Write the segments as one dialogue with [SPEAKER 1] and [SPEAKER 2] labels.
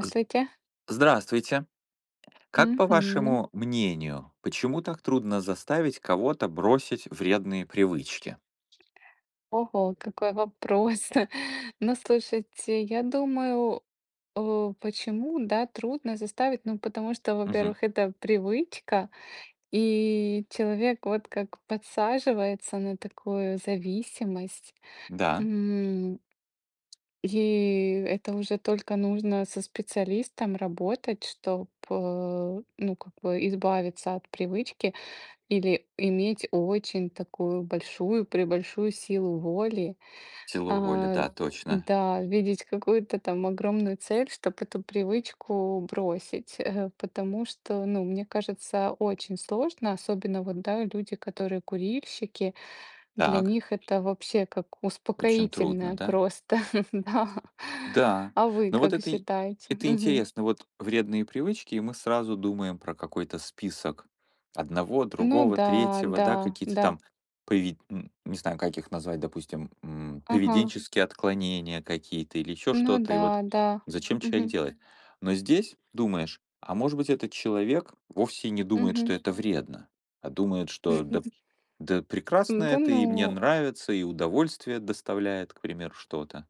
[SPEAKER 1] З- Здравствуйте. Как, по
[SPEAKER 2] Мгм.
[SPEAKER 1] вашему мнению, почему так трудно заставить кого-то бросить вредные привычки?
[SPEAKER 2] Ого, какой вопрос. Ну, слушайте, я думаю, почему, да, трудно заставить? Ну, потому что,
[SPEAKER 1] Мгм.
[SPEAKER 2] во-первых, это привычка, и человек вот как подсаживается на такую зависимость.
[SPEAKER 1] Да,
[SPEAKER 2] М. И это уже только нужно со специалистом работать, чтобы, ну, как бы избавиться от привычки. Или иметь очень такую большую, пребольшую силу воли,
[SPEAKER 1] силу воли,
[SPEAKER 2] а,
[SPEAKER 1] да, точно.
[SPEAKER 2] да, видеть какую-то там огромную цель, чтобы эту привычку бросить, потому что, ну, мне кажется, очень сложно, особенно вот, да, люди, которые курильщики, для
[SPEAKER 1] Так,
[SPEAKER 2] них это вообще как
[SPEAKER 1] очень трудно,
[SPEAKER 2] успокоительное
[SPEAKER 1] да?
[SPEAKER 2] просто, да.
[SPEAKER 1] Да,
[SPEAKER 2] А вы
[SPEAKER 1] но вот
[SPEAKER 2] как
[SPEAKER 1] это и
[SPEAKER 2] считаете?
[SPEAKER 1] это
[SPEAKER 2] Мгм.
[SPEAKER 1] интересно. Вот вредные привычки, и мы сразу думаем про какой-то список одного,
[SPEAKER 2] Ну
[SPEAKER 1] другого,
[SPEAKER 2] да,
[SPEAKER 1] третьего,
[SPEAKER 2] да,
[SPEAKER 1] да, какие-то
[SPEAKER 2] да.
[SPEAKER 1] там не знаю, как их назвать, допустим,
[SPEAKER 2] Ага.
[SPEAKER 1] поведенческие отклонения какие-то или еще
[SPEAKER 2] Ну
[SPEAKER 1] что-то, и
[SPEAKER 2] да,
[SPEAKER 1] вот
[SPEAKER 2] да.
[SPEAKER 1] зачем человек
[SPEAKER 2] Угу,
[SPEAKER 1] делает. Но здесь думаешь, а может быть, этот человек вовсе не думает, что
[SPEAKER 2] мгм.
[SPEAKER 1] это вредно, а думает, что да, да прекрасно
[SPEAKER 2] Да
[SPEAKER 1] это, и мне
[SPEAKER 2] ну.
[SPEAKER 1] нравится, и удовольствие доставляет, к примеру, что-то.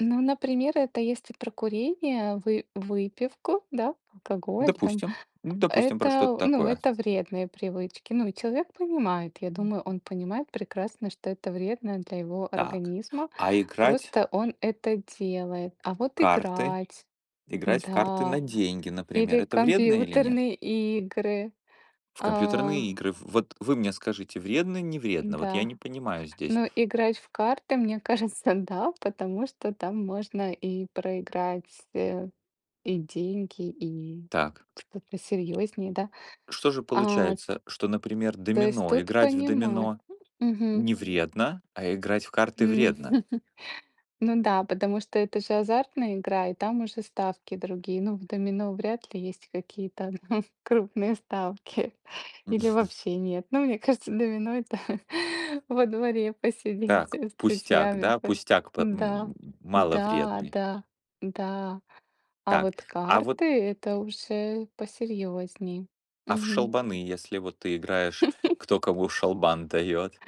[SPEAKER 2] Ну, например, это если про курение, вы выпивку, да, алкоголь там.
[SPEAKER 1] Допустим. Ну, допустим, про что-то
[SPEAKER 2] Это, ну,
[SPEAKER 1] такое.
[SPEAKER 2] это вредные привычки. Ну, и человек понимает, я
[SPEAKER 1] М.
[SPEAKER 2] думаю, он понимает прекрасно, что это вредно для его
[SPEAKER 1] Так,
[SPEAKER 2] организма.
[SPEAKER 1] а
[SPEAKER 2] Просто он это делает. А
[SPEAKER 1] в
[SPEAKER 2] вот
[SPEAKER 1] карты,
[SPEAKER 2] играть,
[SPEAKER 1] играть в карты
[SPEAKER 2] да,
[SPEAKER 1] на деньги, например,
[SPEAKER 2] или
[SPEAKER 1] это вредно или нет?
[SPEAKER 2] компьютерные игры,
[SPEAKER 1] В
[SPEAKER 2] а,
[SPEAKER 1] компьютерные игры. В Вот вы мне скажите, вредно, не вредно? Вот я не
[SPEAKER 2] да.
[SPEAKER 1] понимаю здесь.
[SPEAKER 2] Ну, играть в карты, мне кажется, да, потому что там можно и проиграть и деньги, и
[SPEAKER 1] Так,
[SPEAKER 2] что-то серьезнее, да.
[SPEAKER 1] что же
[SPEAKER 2] А,
[SPEAKER 1] получается, что, например,
[SPEAKER 2] то есть
[SPEAKER 1] домино,
[SPEAKER 2] тут
[SPEAKER 1] играть в
[SPEAKER 2] понимаю.
[SPEAKER 1] домино
[SPEAKER 2] Мгм.
[SPEAKER 1] не вредно, а играть в карты вредно?
[SPEAKER 2] Ну да, потому что это же азартная игра, и там уже ставки другие. Ну, в домино вряд ли есть какие-то крупные ставки. Или вообще нет. Ну, мне кажется, домино это во дворе посидеть
[SPEAKER 1] Так,
[SPEAKER 2] с
[SPEAKER 1] пустяк,
[SPEAKER 2] друзьями.
[SPEAKER 1] да, пустяк
[SPEAKER 2] Да, да,
[SPEAKER 1] маловредный.
[SPEAKER 2] да, да. А
[SPEAKER 1] Так,
[SPEAKER 2] вот
[SPEAKER 1] а вот
[SPEAKER 2] карты это уже посерьезней.
[SPEAKER 1] В
[SPEAKER 2] Мгм.
[SPEAKER 1] шалбаны, если вот ты играешь, кто кому шалбан дает,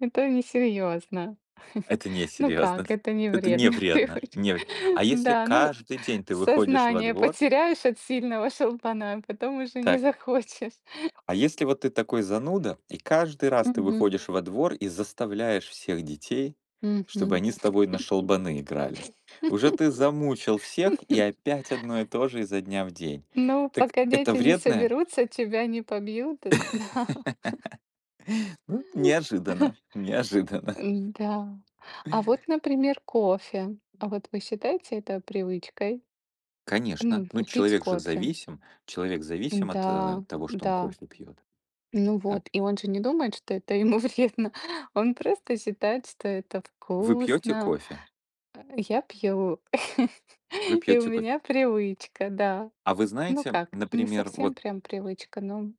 [SPEAKER 2] Это несерьезно.
[SPEAKER 1] это не
[SPEAKER 2] Ну
[SPEAKER 1] серьезно,
[SPEAKER 2] как, это не
[SPEAKER 1] это не
[SPEAKER 2] вредно
[SPEAKER 1] вредно.
[SPEAKER 2] привычка.
[SPEAKER 1] Не вре А если
[SPEAKER 2] Да, ну.
[SPEAKER 1] каждый день ты выходишь во
[SPEAKER 2] Сознание
[SPEAKER 1] двор,
[SPEAKER 2] потеряешь от сильного шелбана, потом уже не
[SPEAKER 1] так,
[SPEAKER 2] захочешь.
[SPEAKER 1] а если вот ты такой зануда, и каждый раз ты
[SPEAKER 2] Мгм.
[SPEAKER 1] выходишь во двор и заставляешь всех детей, чтобы
[SPEAKER 2] Мгм.
[SPEAKER 1] они с тобой на шалбаны играли. Уже ты замучил всех, и опять одно и то же изо дня в день.
[SPEAKER 2] Ну,
[SPEAKER 1] Так
[SPEAKER 2] пока
[SPEAKER 1] это
[SPEAKER 2] дети не
[SPEAKER 1] вредно?
[SPEAKER 2] соберутся, тебя не побьют. Да.
[SPEAKER 1] Ну, неожиданно, неожиданно.
[SPEAKER 2] Да. А вот, например, кофе. А вот вы считаете это привычкой? Ну,
[SPEAKER 1] Конечно, ну,
[SPEAKER 2] п пить
[SPEAKER 1] человек же
[SPEAKER 2] кофе.
[SPEAKER 1] зависим. Человек зависим от,
[SPEAKER 2] Да,
[SPEAKER 1] того, что он
[SPEAKER 2] да.
[SPEAKER 1] кофе пьет.
[SPEAKER 2] Ну
[SPEAKER 1] Так,
[SPEAKER 2] вот, и он же не думает, что это ему вредно. Он просто считает, что это
[SPEAKER 1] вы пьете
[SPEAKER 2] вкусно.
[SPEAKER 1] кофе?
[SPEAKER 2] Я пью.
[SPEAKER 1] Вы
[SPEAKER 2] И у
[SPEAKER 1] пьете кофе.
[SPEAKER 2] меня привычка, да.
[SPEAKER 1] А вы
[SPEAKER 2] Ну
[SPEAKER 1] знаете,
[SPEAKER 2] как, не
[SPEAKER 1] например,
[SPEAKER 2] совсем
[SPEAKER 1] вот
[SPEAKER 2] прям привычка, но,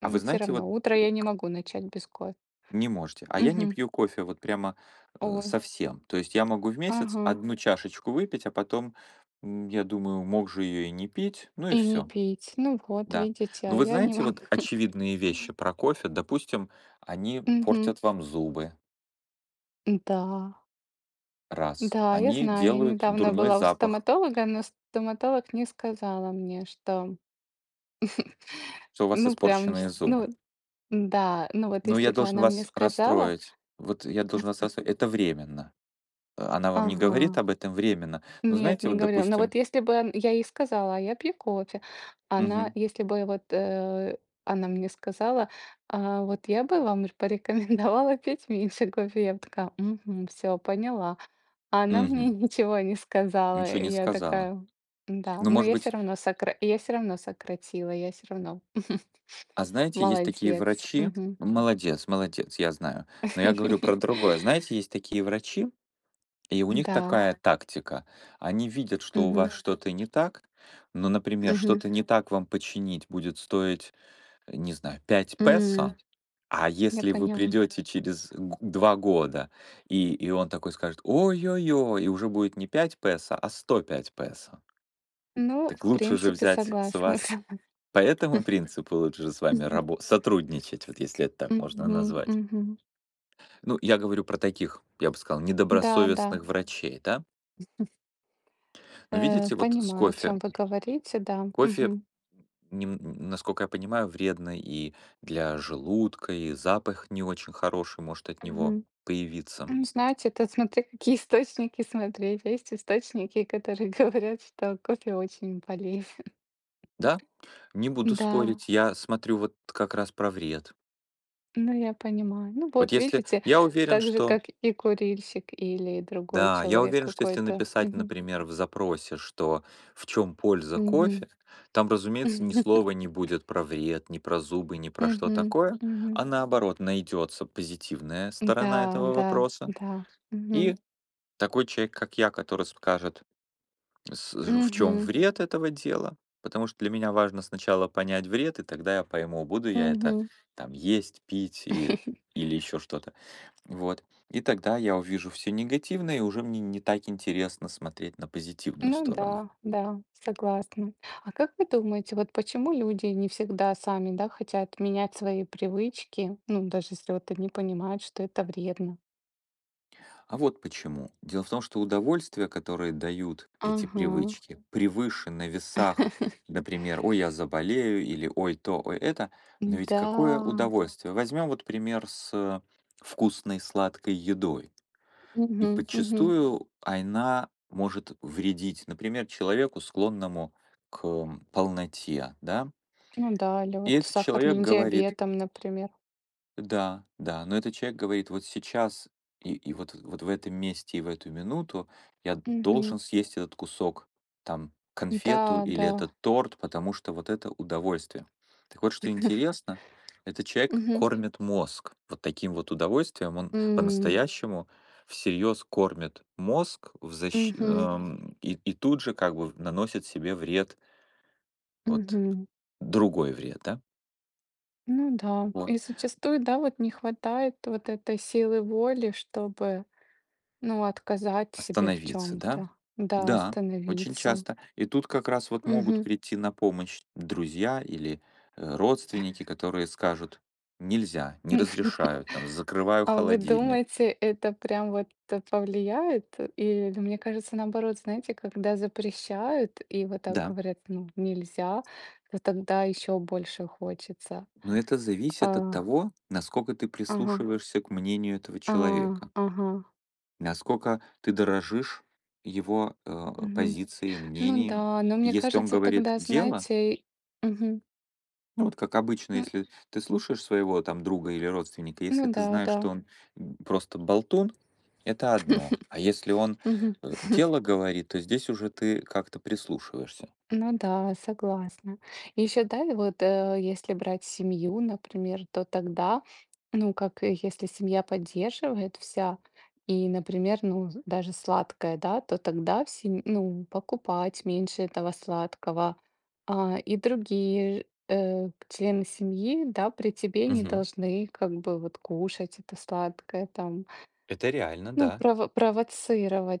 [SPEAKER 1] а вы
[SPEAKER 2] все
[SPEAKER 1] знаете, вот
[SPEAKER 2] равно утро я не могу начать без кофе.
[SPEAKER 1] не можете. А я не
[SPEAKER 2] Мгм.
[SPEAKER 1] пью кофе вот прямо,
[SPEAKER 2] Ой,
[SPEAKER 1] совсем. То есть я могу в месяц
[SPEAKER 2] ага.
[SPEAKER 1] одну чашечку выпить, а потом, я думаю, мог же ее и не пить, ну и
[SPEAKER 2] И не
[SPEAKER 1] все.
[SPEAKER 2] пить. Ну вот,
[SPEAKER 1] Да.
[SPEAKER 2] видите, а
[SPEAKER 1] Но вы
[SPEAKER 2] я не
[SPEAKER 1] знаете
[SPEAKER 2] могу.
[SPEAKER 1] вот очевидные вещи про кофе. Допустим, они
[SPEAKER 2] Мгм.
[SPEAKER 1] портят вам зубы —
[SPEAKER 2] Да,
[SPEAKER 1] раз.
[SPEAKER 2] да, я
[SPEAKER 1] Они
[SPEAKER 2] знаю, я
[SPEAKER 1] делают
[SPEAKER 2] недавно
[SPEAKER 1] дурной
[SPEAKER 2] была у
[SPEAKER 1] запах.
[SPEAKER 2] стоматолога, но стоматолог не сказала мне, что,
[SPEAKER 1] Что у вас
[SPEAKER 2] ну прям,
[SPEAKER 1] испорченные
[SPEAKER 2] вс
[SPEAKER 1] зубы.
[SPEAKER 2] ну да, ну вот
[SPEAKER 1] Ну,
[SPEAKER 2] если
[SPEAKER 1] я
[SPEAKER 2] бы
[SPEAKER 1] должен
[SPEAKER 2] она мне
[SPEAKER 1] вас
[SPEAKER 2] сказала.
[SPEAKER 1] расстроить. Вот я должен вас расстроить. Это временно. А, она вам не
[SPEAKER 2] Ага.
[SPEAKER 1] говорит об этом временно. Но
[SPEAKER 2] Нет,
[SPEAKER 1] знаете,
[SPEAKER 2] не
[SPEAKER 1] вот,
[SPEAKER 2] говорила. Но
[SPEAKER 1] допустим,
[SPEAKER 2] вот если бы он я ей сказала: "А я пью кофе". Она,
[SPEAKER 1] мгм,
[SPEAKER 2] если бы вот, она мне сказала: "А, вот я бы вам р порекомендовала пить меньше кофе". Я б такая: все, поняла". А она мне
[SPEAKER 1] мгм,
[SPEAKER 2] ничего не сказала,
[SPEAKER 1] ничего
[SPEAKER 2] и
[SPEAKER 1] не
[SPEAKER 2] я
[SPEAKER 1] сказала.
[SPEAKER 2] такая: "Да".
[SPEAKER 1] Ну,
[SPEAKER 2] Но
[SPEAKER 1] может быть,
[SPEAKER 2] я все равно сократила, я все равно
[SPEAKER 1] а знаете, есть такие
[SPEAKER 2] молодец.
[SPEAKER 1] врачи,
[SPEAKER 2] Мгм.
[SPEAKER 1] молодец, молодец, я знаю. Но я говорю про другое. Знаете, есть такие врачи, и у них
[SPEAKER 2] Да.
[SPEAKER 1] такая тактика. Они видят, что у
[SPEAKER 2] Мгм.
[SPEAKER 1] вас что-то не так, но, например,
[SPEAKER 2] Мгм.
[SPEAKER 1] что-то не так вам починить будет стоить, не знаю, 5
[SPEAKER 2] М,
[SPEAKER 1] песо. А
[SPEAKER 2] я
[SPEAKER 1] если вы
[SPEAKER 2] поняла.
[SPEAKER 1] придете через г 2 года, и он такой скажет: "Ой-ой-ой", и уже будет не 5 песо, а 105 песо.
[SPEAKER 2] Ну, в
[SPEAKER 1] Так лучше же
[SPEAKER 2] принципе,
[SPEAKER 1] взять с
[SPEAKER 2] согласна.
[SPEAKER 1] вас, по этому принципу лучше же с вами
[SPEAKER 2] Мгм,
[SPEAKER 1] рабо сотрудничать, вот если это так можно
[SPEAKER 2] мгм.
[SPEAKER 1] назвать.
[SPEAKER 2] Мгм.
[SPEAKER 1] Ну, я говорю про таких, я бы сказал,
[SPEAKER 2] Да, да,
[SPEAKER 1] недобросовестных врачей, да. Но видите, вот с
[SPEAKER 2] понимаю, о
[SPEAKER 1] кофе.
[SPEAKER 2] чем вы говорите, да.
[SPEAKER 1] Кофе,
[SPEAKER 2] Мгм,
[SPEAKER 1] нем насколько я понимаю, вредно и для желудка, и запах не очень хороший может от него
[SPEAKER 2] мгм.
[SPEAKER 1] появиться.
[SPEAKER 2] Ну, знаете, тут смотря какие источники смотреть. Есть источники, которые говорят, что кофе очень болит.
[SPEAKER 1] Да, не буду
[SPEAKER 2] Да,
[SPEAKER 1] спорить. Я смотрю вот как раз про вред.
[SPEAKER 2] ну, я понимаю. Ну,
[SPEAKER 1] Вот
[SPEAKER 2] вот
[SPEAKER 1] если
[SPEAKER 2] видите,
[SPEAKER 1] я уверен,
[SPEAKER 2] так же,
[SPEAKER 1] что
[SPEAKER 2] как и курильщик или другой
[SPEAKER 1] да, я
[SPEAKER 2] человек
[SPEAKER 1] уверен, что если
[SPEAKER 2] какой-то.
[SPEAKER 1] написать,
[SPEAKER 2] Мгм,
[SPEAKER 1] например, в запросе, что в чем польза
[SPEAKER 2] мгм.
[SPEAKER 1] кофе, там, разумеется, ни слова не будет про вред, ни про зубы, ни про что
[SPEAKER 2] Мгм,
[SPEAKER 1] такое,
[SPEAKER 2] мгм.
[SPEAKER 1] а наоборот, найдется позитивная
[SPEAKER 2] Да,
[SPEAKER 1] сторона этого
[SPEAKER 2] да,
[SPEAKER 1] вопроса.
[SPEAKER 2] да. Мгм,
[SPEAKER 1] И такой человек, как я, который скажет, в чем
[SPEAKER 2] мгм,
[SPEAKER 1] вред этого дела, потому что для меня важно сначала понять вред, и тогда я пойму, буду я это
[SPEAKER 2] мгм.
[SPEAKER 1] там есть, пить и, или еще что-то. Вот. И тогда я увижу все негативное, и уже мне не так интересно смотреть на позитивную
[SPEAKER 2] Ну
[SPEAKER 1] сторону.
[SPEAKER 2] да, да, согласна. А как вы думаете, вот почему люди не всегда сами, да, хотят менять свои привычки, ну, даже если вот они понимают, что это вредно?
[SPEAKER 1] А вот почему. Дело в том, что удовольствия, которые дают эти
[SPEAKER 2] Ага.
[SPEAKER 1] привычки, превыше на весах, например, ой, я заболею, или ой, то, ой, это, но ведь какое
[SPEAKER 2] Да.
[SPEAKER 1] удовольствие. Возьмем вот пример с вкусной сладкой едой. И
[SPEAKER 2] Мгм, мгм.
[SPEAKER 1] подчастую она может вредить, например, человеку, склонному к полноте, да.
[SPEAKER 2] Ну да, или
[SPEAKER 1] И
[SPEAKER 2] вот с
[SPEAKER 1] этот человек
[SPEAKER 2] сахарным
[SPEAKER 1] говорит:
[SPEAKER 2] диабетом, например.
[SPEAKER 1] да, да, но этот человек говорит: "Вот сейчас и вот в этом месте и в эту минуту я должен
[SPEAKER 2] Мгм.
[SPEAKER 1] съесть этот кусок, там,
[SPEAKER 2] Да,
[SPEAKER 1] конфету или
[SPEAKER 2] да.
[SPEAKER 1] этот торт, потому что вот это удовольствие". Так вот, что интересно, этот человек
[SPEAKER 2] Мгм.
[SPEAKER 1] кормит мозг вот таким вот удовольствием. Он
[SPEAKER 2] М,
[SPEAKER 1] по-настоящему всерьез кормит мозг в защ
[SPEAKER 2] мгм,
[SPEAKER 1] и тут же как бы наносит себе вред, вот
[SPEAKER 2] мгм.
[SPEAKER 1] другой вред, да.
[SPEAKER 2] Ну да. И
[SPEAKER 1] Вот.
[SPEAKER 2] зачастую, да, вот не хватает вот этой силы воли, чтобы, ну, отказать себе в
[SPEAKER 1] Остановиться,
[SPEAKER 2] чем
[SPEAKER 1] да?
[SPEAKER 2] то, да,
[SPEAKER 1] Да, очень
[SPEAKER 2] остановиться.
[SPEAKER 1] часто. И тут как раз вот могут
[SPEAKER 2] Мгм.
[SPEAKER 1] прийти на помощь друзья или родственники, которые скажут, нельзя, не разрешают, там, закрываю
[SPEAKER 2] А вы
[SPEAKER 1] холодильник.
[SPEAKER 2] думаете, это прям вот повлияет? Или мне кажется, наоборот, знаете, когда запрещают и вот так
[SPEAKER 1] Да,
[SPEAKER 2] говорят: "Ну, нельзя", то тогда еще больше хочется.
[SPEAKER 1] но это зависит от
[SPEAKER 2] А,
[SPEAKER 1] того, насколько ты
[SPEAKER 2] ага,
[SPEAKER 1] прислушиваешься к мнению этого
[SPEAKER 2] а,
[SPEAKER 1] человека,
[SPEAKER 2] ага,
[SPEAKER 1] насколько ты дорожишь его
[SPEAKER 2] мгм.
[SPEAKER 1] позицией,
[SPEAKER 2] Ну
[SPEAKER 1] мнением.
[SPEAKER 2] да, но мне
[SPEAKER 1] Если он
[SPEAKER 2] кажется,
[SPEAKER 1] говорит
[SPEAKER 2] тогда,
[SPEAKER 1] дело.
[SPEAKER 2] знаете, мгм,
[SPEAKER 1] Ну, вот как обычно,
[SPEAKER 2] н
[SPEAKER 1] если ты слушаешь своего там друга или родственника, если
[SPEAKER 2] ну
[SPEAKER 1] ты
[SPEAKER 2] да,
[SPEAKER 1] знаешь, что
[SPEAKER 2] да.
[SPEAKER 1] он просто болтун, это одно. А если он
[SPEAKER 2] Мгм.
[SPEAKER 1] дело говорит, то здесь уже ты как-то прислушиваешься.
[SPEAKER 2] Ну да, согласна. И еще, да, и вот если брать семью, например, то тогда, ну, как если семья поддерживает вся, и, например, ну, даже сладкое, да, то тогда ну, покупать меньше этого сладкого. А, и другие члены семьи, да, при тебе не
[SPEAKER 1] Мгм.
[SPEAKER 2] должны как бы вот кушать это сладкое, там,
[SPEAKER 1] Это реально,
[SPEAKER 2] ну,
[SPEAKER 1] да.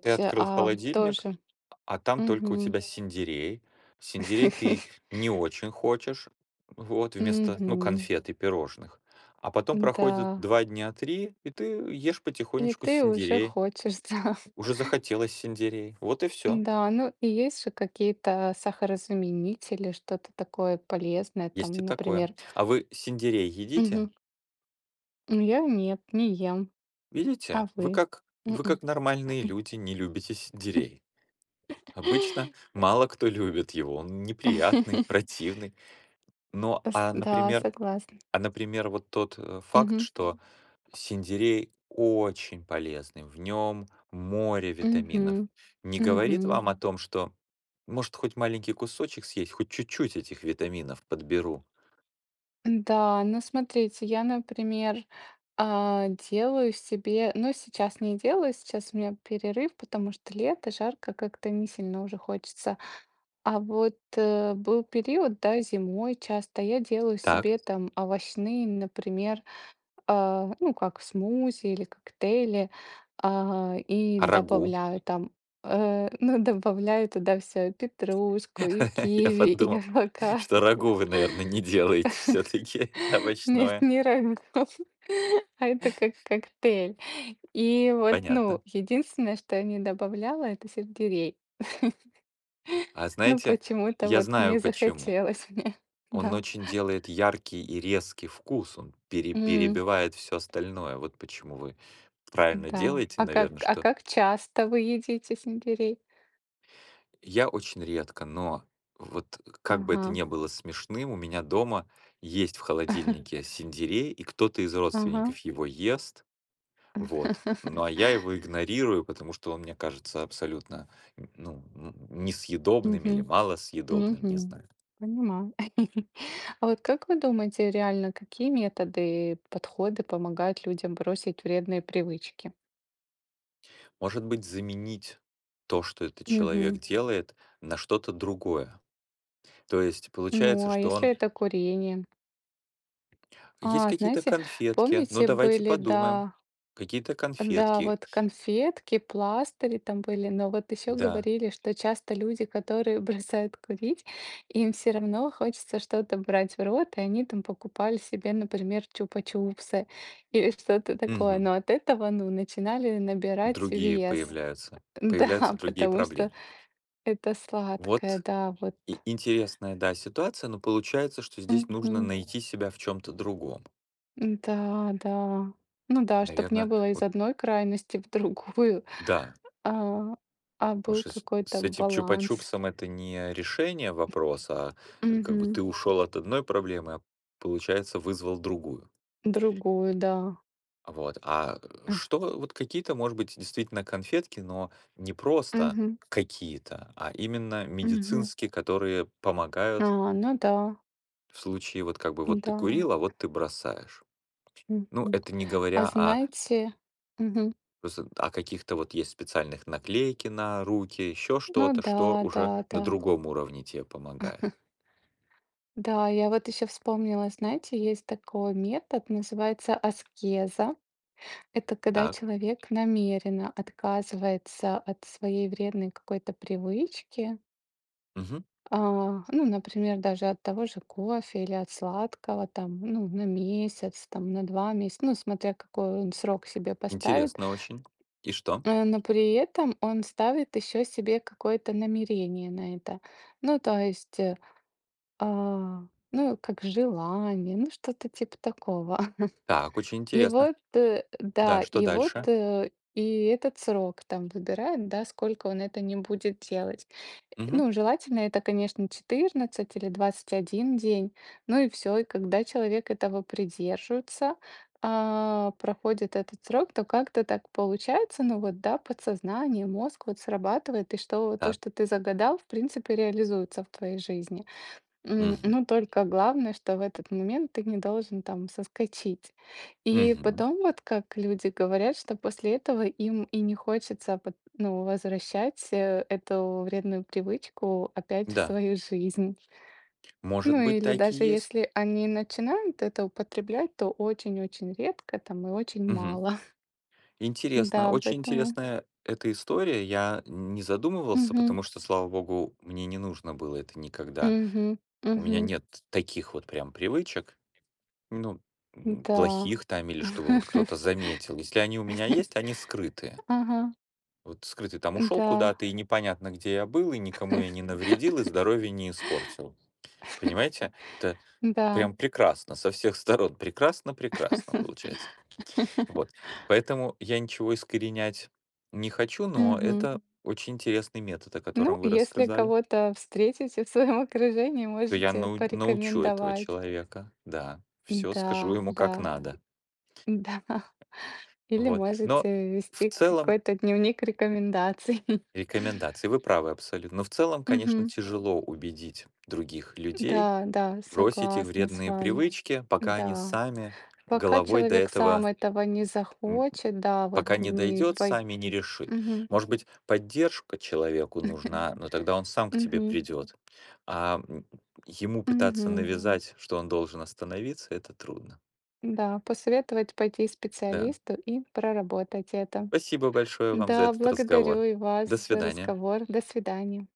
[SPEAKER 1] Ты открыл холодильник,
[SPEAKER 2] тоже.
[SPEAKER 1] а там только у
[SPEAKER 2] Мгм.
[SPEAKER 1] тебя сельдерей. Сельдерей ты не очень хочешь, вот, вместо, ну,
[SPEAKER 2] Мгм.
[SPEAKER 1] конфет и пирожных. А потом
[SPEAKER 2] Да,
[SPEAKER 1] проходит два дня, три, и ты ешь
[SPEAKER 2] и
[SPEAKER 1] потихонечку
[SPEAKER 2] ты уже
[SPEAKER 1] сельдерей.
[SPEAKER 2] хочешь, да.
[SPEAKER 1] Уже захотелось сельдерей. Вот и все.
[SPEAKER 2] Да, ну и есть же какие-то сахарозаменители, что-то такое полезное,
[SPEAKER 1] Есть и
[SPEAKER 2] там,
[SPEAKER 1] такое.
[SPEAKER 2] например,
[SPEAKER 1] А вы сельдерей едите?
[SPEAKER 2] мгм. Ну, Я нет, не ем, а
[SPEAKER 1] Видите,
[SPEAKER 2] вы?
[SPEAKER 1] вы
[SPEAKER 2] Мгм.
[SPEAKER 1] как нормальные люди не любите сельдерей. Обычно мало кто любит его, он неприятный, противный. Но, а,
[SPEAKER 2] Да,
[SPEAKER 1] например,
[SPEAKER 2] согласна.
[SPEAKER 1] а, например, вот тот факт,
[SPEAKER 2] Мгм.
[SPEAKER 1] что сельдерей очень полезный, в нем море
[SPEAKER 2] Мгм.
[SPEAKER 1] витаминов. Не
[SPEAKER 2] Мгм.
[SPEAKER 1] говорит вам о том, что может хоть маленький кусочек съесть, хоть чуть-чуть этих витаминов подберу.
[SPEAKER 2] Да, ну смотрите, я, например, делаю себе, ну сейчас не делаю, сейчас у меня перерыв, потому что лето, жарко, как-то не сильно уже хочется. А вот, был период, да, зимой часто я делаю
[SPEAKER 1] Так,
[SPEAKER 2] себе там овощные, например, ну, как смузи или коктейли, и
[SPEAKER 1] а рагу?
[SPEAKER 2] добавляю там, ну, добавляю туда все петрушку, и
[SPEAKER 1] Я
[SPEAKER 2] киви, и
[SPEAKER 1] подумал,
[SPEAKER 2] авокадо.
[SPEAKER 1] что рагу вы, наверное, не делаете все-таки
[SPEAKER 2] Нет,
[SPEAKER 1] овощное.
[SPEAKER 2] не рагу, а это как коктейль. И вот, ну,
[SPEAKER 1] Понятно.
[SPEAKER 2] единственное, что я не добавляла- это сельдерей.
[SPEAKER 1] А
[SPEAKER 2] Ну,
[SPEAKER 1] знаете,
[SPEAKER 2] почему-то
[SPEAKER 1] я
[SPEAKER 2] вот
[SPEAKER 1] знаю
[SPEAKER 2] не
[SPEAKER 1] почему.
[SPEAKER 2] захотелось мне.
[SPEAKER 1] Он
[SPEAKER 2] Да.
[SPEAKER 1] очень делает яркий и резкий вкус, он
[SPEAKER 2] М.
[SPEAKER 1] перебивает все остальное. Вот почему вы правильно
[SPEAKER 2] Да.
[SPEAKER 1] делаете,
[SPEAKER 2] А как
[SPEAKER 1] наверное,
[SPEAKER 2] а
[SPEAKER 1] что
[SPEAKER 2] как часто вы едите сельдерей?
[SPEAKER 1] я очень редко, но вот как бы это
[SPEAKER 2] Ага.
[SPEAKER 1] ни было смешным, у меня дома есть в холодильнике сельдерей, и кто-то из
[SPEAKER 2] Ага.
[SPEAKER 1] родственников его ест. Вот. Ну, а я его игнорирую, потому что он мне кажется абсолютно, ну, несъедобным или
[SPEAKER 2] Мгм.
[SPEAKER 1] малосъедобным, не
[SPEAKER 2] Мгм.
[SPEAKER 1] знаю.
[SPEAKER 2] Понимаю. А вот как вы думаете, реально, какие методы, подходы помогают людям бросить вредные привычки?
[SPEAKER 1] Может быть, заменить то, что этот человек
[SPEAKER 2] Мгм.
[SPEAKER 1] делает, на что-то другое. То есть
[SPEAKER 2] Ну,
[SPEAKER 1] получается,
[SPEAKER 2] а
[SPEAKER 1] что
[SPEAKER 2] если
[SPEAKER 1] он...
[SPEAKER 2] это курение?
[SPEAKER 1] Есть
[SPEAKER 2] А,
[SPEAKER 1] какие-то
[SPEAKER 2] знаете,
[SPEAKER 1] конфетки, ну
[SPEAKER 2] помните,
[SPEAKER 1] давайте
[SPEAKER 2] были,
[SPEAKER 1] подумаем.
[SPEAKER 2] да.
[SPEAKER 1] Какие-то
[SPEAKER 2] Да,
[SPEAKER 1] конфетки,
[SPEAKER 2] вот конфетки, пластыри там были, но вот еще
[SPEAKER 1] да.
[SPEAKER 2] говорили, что часто люди, которые бросают курить, им все равно хочется что-то брать в рот, и они там покупали себе, например, чупа-чупсы или что-то такое.
[SPEAKER 1] Мгм.
[SPEAKER 2] Но от этого, ну, начинали набирать
[SPEAKER 1] Другие
[SPEAKER 2] вес.
[SPEAKER 1] появляются. Появляются
[SPEAKER 2] Да,
[SPEAKER 1] другие
[SPEAKER 2] потому что
[SPEAKER 1] проблемы.
[SPEAKER 2] это сладкое,
[SPEAKER 1] Вот
[SPEAKER 2] да, вот.
[SPEAKER 1] интересная, да, ситуация, но получается, что здесь
[SPEAKER 2] Мгм.
[SPEAKER 1] нужно найти себя в чем-то другом.
[SPEAKER 2] Да, да. Ну да, чтобы не
[SPEAKER 1] Наверное,
[SPEAKER 2] было из
[SPEAKER 1] вот
[SPEAKER 2] одной крайности в другую,
[SPEAKER 1] да,
[SPEAKER 2] а, а
[SPEAKER 1] потому
[SPEAKER 2] был
[SPEAKER 1] что с
[SPEAKER 2] какой-то
[SPEAKER 1] с этим
[SPEAKER 2] баланс.
[SPEAKER 1] "Чупа-чупсом" это не решение вопроса, а как бы ты
[SPEAKER 2] Мгм.
[SPEAKER 1] ушел от одной проблемы, а получается вызвал другую.
[SPEAKER 2] Другую, да.
[SPEAKER 1] Вот, а что вот какие-то, может быть, действительно конфетки, но не просто
[SPEAKER 2] Мгм,
[SPEAKER 1] какие-то, а именно
[SPEAKER 2] мгм.
[SPEAKER 1] медицинские, которые
[SPEAKER 2] А,
[SPEAKER 1] помогают
[SPEAKER 2] ну да,
[SPEAKER 1] в случае вот как бы вот ты
[SPEAKER 2] да.
[SPEAKER 1] курил, а вот ты бросаешь. Ну,
[SPEAKER 2] Мгм.
[SPEAKER 1] это не
[SPEAKER 2] А
[SPEAKER 1] говоря о.
[SPEAKER 2] знаете, мгм.
[SPEAKER 1] Просто, а каких-то вот есть специальных наклейки на руки, еще
[SPEAKER 2] Ну
[SPEAKER 1] что-то,
[SPEAKER 2] да,
[SPEAKER 1] что
[SPEAKER 2] да,
[SPEAKER 1] уже на
[SPEAKER 2] да.
[SPEAKER 1] другом уровне тебе помогает.
[SPEAKER 2] Да, я вот еще вспомнила, знаете, есть такой метод, называется аскеза. Это когда
[SPEAKER 1] Так,
[SPEAKER 2] человек намеренно отказывается от своей вредной какой-то привычки.
[SPEAKER 1] мгм,
[SPEAKER 2] А, ну, например, даже от того же кофе или от сладкого, там, ну, на месяц, там, на 2 месяца, ну, смотря какой он срок себе поставит.
[SPEAKER 1] интересно очень. И что?
[SPEAKER 2] Но при этом он ставит еще себе какое-то намерение на это. Ну, то есть, ну, как желание, ну, что-то типа такого.
[SPEAKER 1] Так, очень
[SPEAKER 2] И
[SPEAKER 1] интересно.
[SPEAKER 2] вот,
[SPEAKER 1] Да,
[SPEAKER 2] да,
[SPEAKER 1] что
[SPEAKER 2] и вот,
[SPEAKER 1] дальше?
[SPEAKER 2] и этот срок там выбирает, да, сколько он это не будет делать.
[SPEAKER 1] Мгм,
[SPEAKER 2] Ну, желательно это, конечно, 14 или 21 день. Ну и все. И когда человек этого придерживается, проходит этот срок, то как-то так получается. Ну вот, да, подсознание, мозг вот срабатывает, и что то,
[SPEAKER 1] так,
[SPEAKER 2] что ты загадал, в принципе, реализуется в твоей жизни.
[SPEAKER 1] мгм,
[SPEAKER 2] Ну, только главное, что в этот момент ты не должен там соскочить. И
[SPEAKER 1] мгм,
[SPEAKER 2] потом вот как люди говорят, что после этого им и не хочется, ну, возвращать эту вредную привычку опять в
[SPEAKER 1] да,
[SPEAKER 2] свою жизнь.
[SPEAKER 1] может
[SPEAKER 2] Ну,
[SPEAKER 1] быть,
[SPEAKER 2] или
[SPEAKER 1] такие
[SPEAKER 2] даже
[SPEAKER 1] есть.
[SPEAKER 2] если они начинают это употреблять, то очень-очень редко там и очень
[SPEAKER 1] Мгм.
[SPEAKER 2] мало.
[SPEAKER 1] Интересно,
[SPEAKER 2] Да,
[SPEAKER 1] очень
[SPEAKER 2] поэтому.
[SPEAKER 1] интересная эта история. Я не задумывался,
[SPEAKER 2] Мгм.
[SPEAKER 1] потому что, слава богу, мне не нужно было это никогда.
[SPEAKER 2] Мгм.
[SPEAKER 1] У меня
[SPEAKER 2] Мгм.
[SPEAKER 1] нет таких вот прям привычек. Ну,
[SPEAKER 2] Да.
[SPEAKER 1] плохих там или чтобы вот кто-то заметил. Если они у меня есть, они скрытые.
[SPEAKER 2] Ага.
[SPEAKER 1] Вот скрытый там ушел
[SPEAKER 2] Да.
[SPEAKER 1] куда-то, и непонятно, где я был, и никому я не навредил, и здоровье не испортил. Понимаете? Это
[SPEAKER 2] Да.
[SPEAKER 1] прям прекрасно, со всех сторон. Прекрасно-прекрасно получается. Вот. Поэтому я ничего искоренять не хочу, но
[SPEAKER 2] Мгм.
[SPEAKER 1] это очень интересный метод, о
[SPEAKER 2] Ну,
[SPEAKER 1] котором вы
[SPEAKER 2] если
[SPEAKER 1] рассказали.
[SPEAKER 2] кого-то встретите в своем окружении,
[SPEAKER 1] То я
[SPEAKER 2] можете
[SPEAKER 1] научу этого
[SPEAKER 2] порекомендовать.
[SPEAKER 1] человека, да. Все скажу
[SPEAKER 2] Да,
[SPEAKER 1] ему как
[SPEAKER 2] да,
[SPEAKER 1] надо.
[SPEAKER 2] да. Или
[SPEAKER 1] Вот. Но
[SPEAKER 2] можете
[SPEAKER 1] в
[SPEAKER 2] вести
[SPEAKER 1] целом
[SPEAKER 2] какой-то дневник рекомендаций.
[SPEAKER 1] Рекомендации. Вы правы абсолютно. Но в целом, конечно,
[SPEAKER 2] Мгм.
[SPEAKER 1] тяжело убедить других людей
[SPEAKER 2] Да, да,
[SPEAKER 1] бросить их
[SPEAKER 2] согласна с
[SPEAKER 1] вредные
[SPEAKER 2] вами.
[SPEAKER 1] привычки, пока они
[SPEAKER 2] Да.
[SPEAKER 1] сами
[SPEAKER 2] Пока
[SPEAKER 1] головой до
[SPEAKER 2] человек
[SPEAKER 1] этого
[SPEAKER 2] сам этого не
[SPEAKER 1] м,
[SPEAKER 2] захочет, да, вот
[SPEAKER 1] пока не
[SPEAKER 2] не
[SPEAKER 1] дойдет,
[SPEAKER 2] пой.
[SPEAKER 1] сами не решит.
[SPEAKER 2] Мгм.
[SPEAKER 1] Может быть, поддержка человеку нужна, но тогда он сам к тебе
[SPEAKER 2] Мгм.
[SPEAKER 1] придет. А ему пытаться
[SPEAKER 2] Мгм.
[SPEAKER 1] навязать, что он должен остановиться, это трудно.
[SPEAKER 2] Да, посоветовать пойти к
[SPEAKER 1] Да.
[SPEAKER 2] специалисту и проработать это.
[SPEAKER 1] Спасибо большое вам за
[SPEAKER 2] Да,
[SPEAKER 1] этот разговор.
[SPEAKER 2] благодарю и вас
[SPEAKER 1] До
[SPEAKER 2] за
[SPEAKER 1] свидания.
[SPEAKER 2] разговор. До свидания.